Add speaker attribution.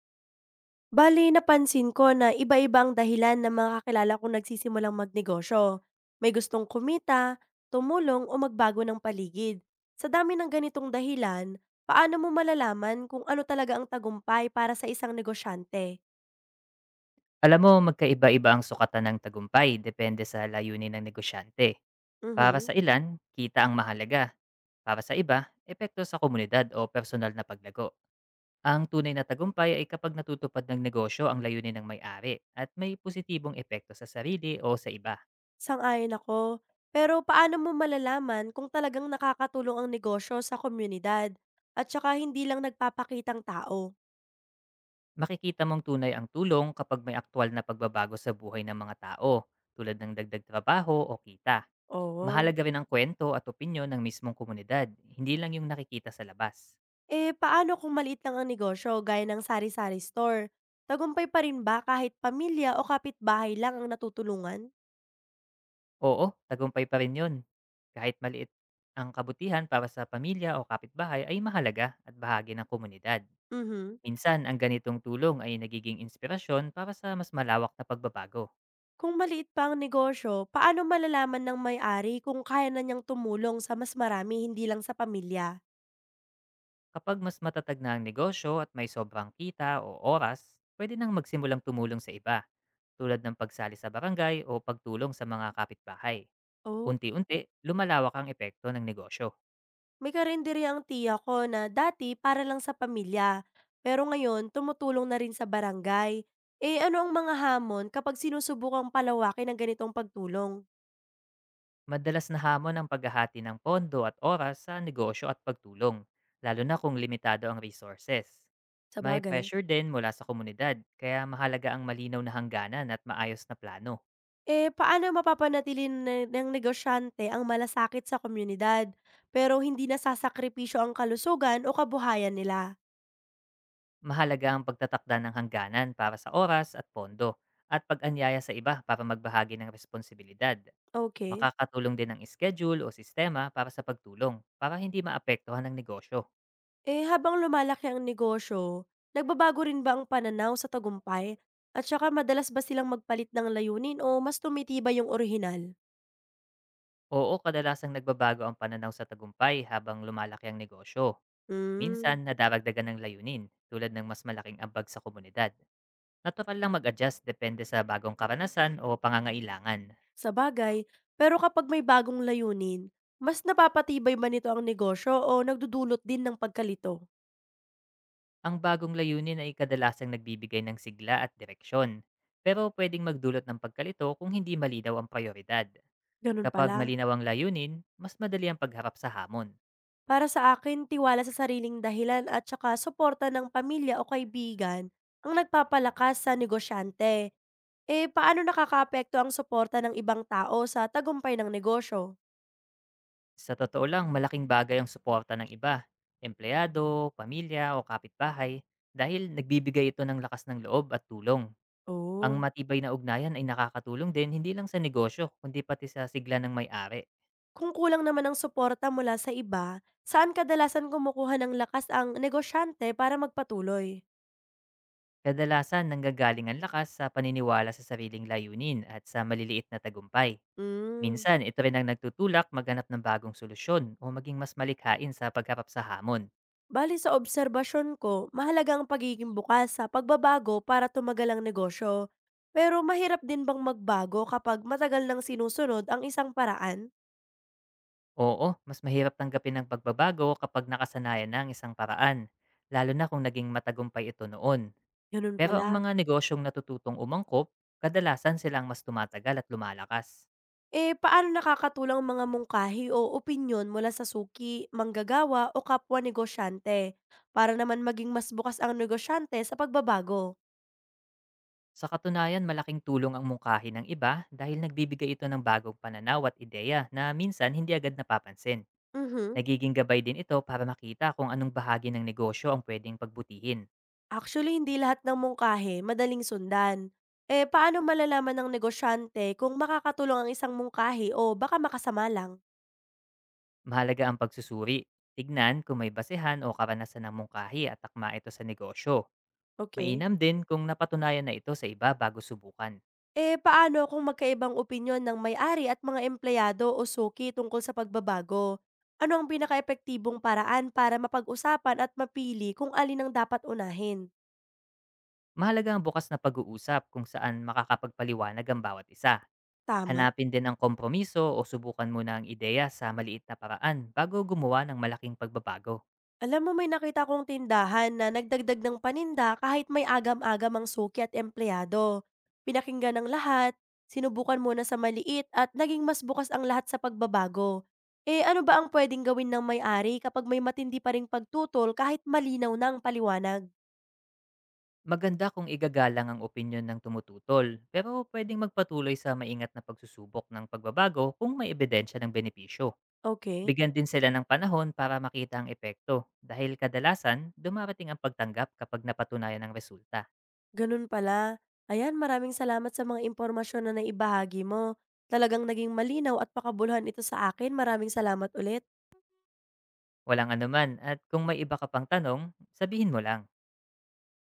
Speaker 1: Bale, napansin ko na iba-iba ang dahilan ng mga kakilala kong nagsisimulang magnegosyo. May gustong kumita, tumulong o magbago ng paligid. Sa dami ng ganitong dahilan, paano mo malalaman kung ano talaga ang tagumpay para sa isang negosyante?
Speaker 2: Alam mo, magkaiba-iba ang sukatan ng tagumpay depende sa layunin ng negosyante. Para
Speaker 1: Mhm.
Speaker 2: sa ilan, kita ang mahalaga. Para sa iba, epekto sa komunidad o personal na paglago. Ang tunay na tagumpay ay kapag natutupad ng negosyo ang layunin ng may-ari at may positibong epekto sa sarili o sa iba.
Speaker 1: Sang-ayon ako. Pero paano mo malalaman kung talagang nakakatulong ang negosyo sa komunidad at saka hindi lang nagpapakitang tao?
Speaker 2: Makikita mong tunay ang tulong kapag may aktwal na pagbabago sa buhay ng mga tao, tulad ng dagdag trabaho o kita.
Speaker 1: Oo.
Speaker 2: Mahalaga rin ang kwento at opinyon ng mismong komunidad, hindi lang yung nakikita sa labas.
Speaker 1: Eh, paano kung maliit lang ang negosyo gaya ng sari-sari store? Tagumpay pa rin ba kahit pamilya o kapitbahay lang ang natutulungan?
Speaker 2: Oo, tagumpay pa rin 'yun. Kahit maliit ang kabutihan para sa pamilya o kapitbahay ay mahalaga at bahagi ng komunidad.
Speaker 1: Mhm.
Speaker 2: Minsan, ang ganitong tulong ay nagiging inspirasyon para sa mas malawak na pagbabago.
Speaker 1: Kung maliit pa ang negosyo, paano malalaman ng may-ari kung kaya na niyang tumulong sa mas marami hindi lang sa pamilya?
Speaker 2: Kapag mas matatag na ang negosyo at may sobrang kita o oras, pwede nang magsimulang tumulong sa iba, tulad ng pagsali sa barangay o pagtulong sa mga kapitbahay.
Speaker 1: Oh,
Speaker 2: Unti-unti, lumalawak ang epekto ng negosyo.
Speaker 1: may karinderya ang tiya ko na dati para lang sa pamilya, pero ngayon tumutulong na rin sa barangay. Eh ano ang mga hamon kapag sinusubukang palawakin ang ganitong pagtulong?
Speaker 2: Madalas na hamon ang paghahati ng pondo at oras sa negosyo at pagtulong, lalo na kung limitado ang resources.
Speaker 1: Sa
Speaker 2: May
Speaker 1: bagay?
Speaker 2: pressure din mula sa komunidad, kaya mahalaga ang malinaw na hangganan at maayos na plano.
Speaker 1: Eh, paano mapapanatili na ng negosyante ang malasakit sa komunidad, pero hindi nasasakripisyo ang kalusugan o kabuhayan nila?
Speaker 2: Mahalaga ang pagtatakda ng hangganan para sa oras at pondo, at pag-anyaya sa iba para magbahagi ng responsibilidad.
Speaker 1: Okay?
Speaker 2: Makakatulong din ang schedule o sistema para sa pagtulong para hindi maapektuhan ng negosyo.
Speaker 1: Eh, habang lumalaki ang negosyo, nagbabago rin ba ang pananaw sa tagumpay? At saka madalas ba silang magpalit ng layunin o mas tumitibay yung orihinal?
Speaker 2: Oo, kadalasang nagbabago ang pananaw sa tagumpay habang lumalaki ang negosyo. Minsan,
Speaker 1: Hmm,
Speaker 2: nadadagdagan ng layunin tulad ng mas malaking ambag sa komunidad. Natural lang mag-adjust depende sa bagong karanasan o pangangailangan.
Speaker 1: sa bagay. Pero kapag may bagong layunin, mas napapatibay ba nito ang negosyo o nagdudulot din ng pagkalito?
Speaker 2: Ang bagong layunin ay kadalasang nagbibigay ng sigla at direksyon, pero pwedeng magdulot ng pagkalito kung hindi malinaw ang prioridad.
Speaker 1: Ganun
Speaker 2: Kapag
Speaker 1: pala.
Speaker 2: malinaw ang layunin, mas madali ang pagharap sa hamon.
Speaker 1: Para sa akin, tiwala sa sariling dahilan at saka suporta ng pamilya o kaibigan ang nagpapalakas sa negosyante. Eh, paano nakakaapekto ang suporta ng ibang tao sa tagumpay ng negosyo?
Speaker 2: Sa totoo lang, malaking bagay ang suporta ng iba, empleyado, pamilya o kapitbahay, dahil nagbibigay ito ng lakas ng loob at tulong. Ang
Speaker 1: Oh.
Speaker 2: matibay na ugnayan ay nakakatulong din hindi lang sa negosyo kundi pati sa sigla ng may-ari.
Speaker 1: Kung kulang naman ang suporta mula sa iba, saan kadalasan kumukuha ng lakas ang negosyante para magpatuloy?
Speaker 2: Kadalasan nanggagaling ang lakas sa paniniwala sa sariling layunin at sa maliliit na tagumpay.
Speaker 1: Mm.
Speaker 2: Minsan, ito rin ang nagtutulak maghanap ng bagong solusyon o maging mas malikhain sa pagharap sa hamon.
Speaker 1: Bali sa obserbasyon ko, mahalaga ang pagiging bukas sa pagbabago para tumagal ang negosyo. Pero mahirap din bang magbago kapag matagal nang sinusunod ang isang paraan?
Speaker 2: Oo, mas mahirap tanggapin ang pagbabago kapag nakasanayan na ang isang paraan, lalo na kung naging matagumpay ito noon.
Speaker 1: Ganun
Speaker 2: Pero ang
Speaker 1: pala.
Speaker 2: mga negosyong natututong umangkop, kadalasan silang mas tumatagal at lumalakas.
Speaker 1: Eh, paano nakakatulang mga mungkahi o opinyon mula sa suki, manggagawa o kapwa negosyante para naman maging mas bukas ang negosyante sa pagbabago?
Speaker 2: Sa katunayan, malaking tulong ang mungkahi ng iba dahil nagbibigay ito ng bagong pananaw at ideya na minsan hindi agad napapansin.
Speaker 1: Mhm.
Speaker 2: Nagiging gabay din ito para makita kung anong bahagi ng negosyo ang pwedeng pagbutihin.
Speaker 1: Actually, hindi lahat ng mungkahi madaling sundan. Eh, paano malalaman ng negosyante kung makakatulong ang isang mungkahi o baka makasama lang?
Speaker 2: Mahalaga ang pagsusuri. Tignan kung may basehan o karanasan ng mungkahi at akma ito sa negosyo.
Speaker 1: Okay.
Speaker 2: Mainam din kung napatunayan na ito sa iba bago subukan.
Speaker 1: Eh, paano kung magkaibang opinyon ng may-ari at mga empleyado o suki tungkol sa pagbabago? Ano ang pinaka-epektibong paraan para mapag-usapan at mapili kung alin ang dapat unahin?
Speaker 2: Mahalaga ang bukas na pag-uusap kung saan makakapagpaliwanag ang bawat isa.
Speaker 1: Tama.
Speaker 2: Hanapin din ang kompromiso o subukan muna ang ideya sa maliit na paraan bago gumawa ng malaking pagbabago.
Speaker 1: Alam mo, may nakita akong tindahan na nagdagdag ng paninda kahit may agam-agam ang suki at empleyado. Pinakinggan ng lahat, sinubukan muna sa maliit at naging mas bukas ang lahat sa pagbabago. Eh ano ba ang pwedeng gawin ng may-ari kapag may matindi pa ring pagtutol kahit malinaw na ang paliwanag?
Speaker 2: Maganda kung igagalang ang opinyon ng tumututol, pero pwedeng magpatuloy sa maingat na pagsusubok ng pagbabago kung may ebidensya ng benepisyo.
Speaker 1: Okay,
Speaker 2: Bigyan din sila ng panahon para makita ang epekto dahil kadalasan dumarating ang pagtanggap kapag napatunayan ang resulta.
Speaker 1: ganun pala. Ayan, maraming salamat sa mga impormasyon na naibahagi mo. Talagang naging malinaw at pakabulhan ito sa akin. Maraming salamat ulit.
Speaker 2: Walang anuman at kung may iba ka pang tanong, sabihin mo lang.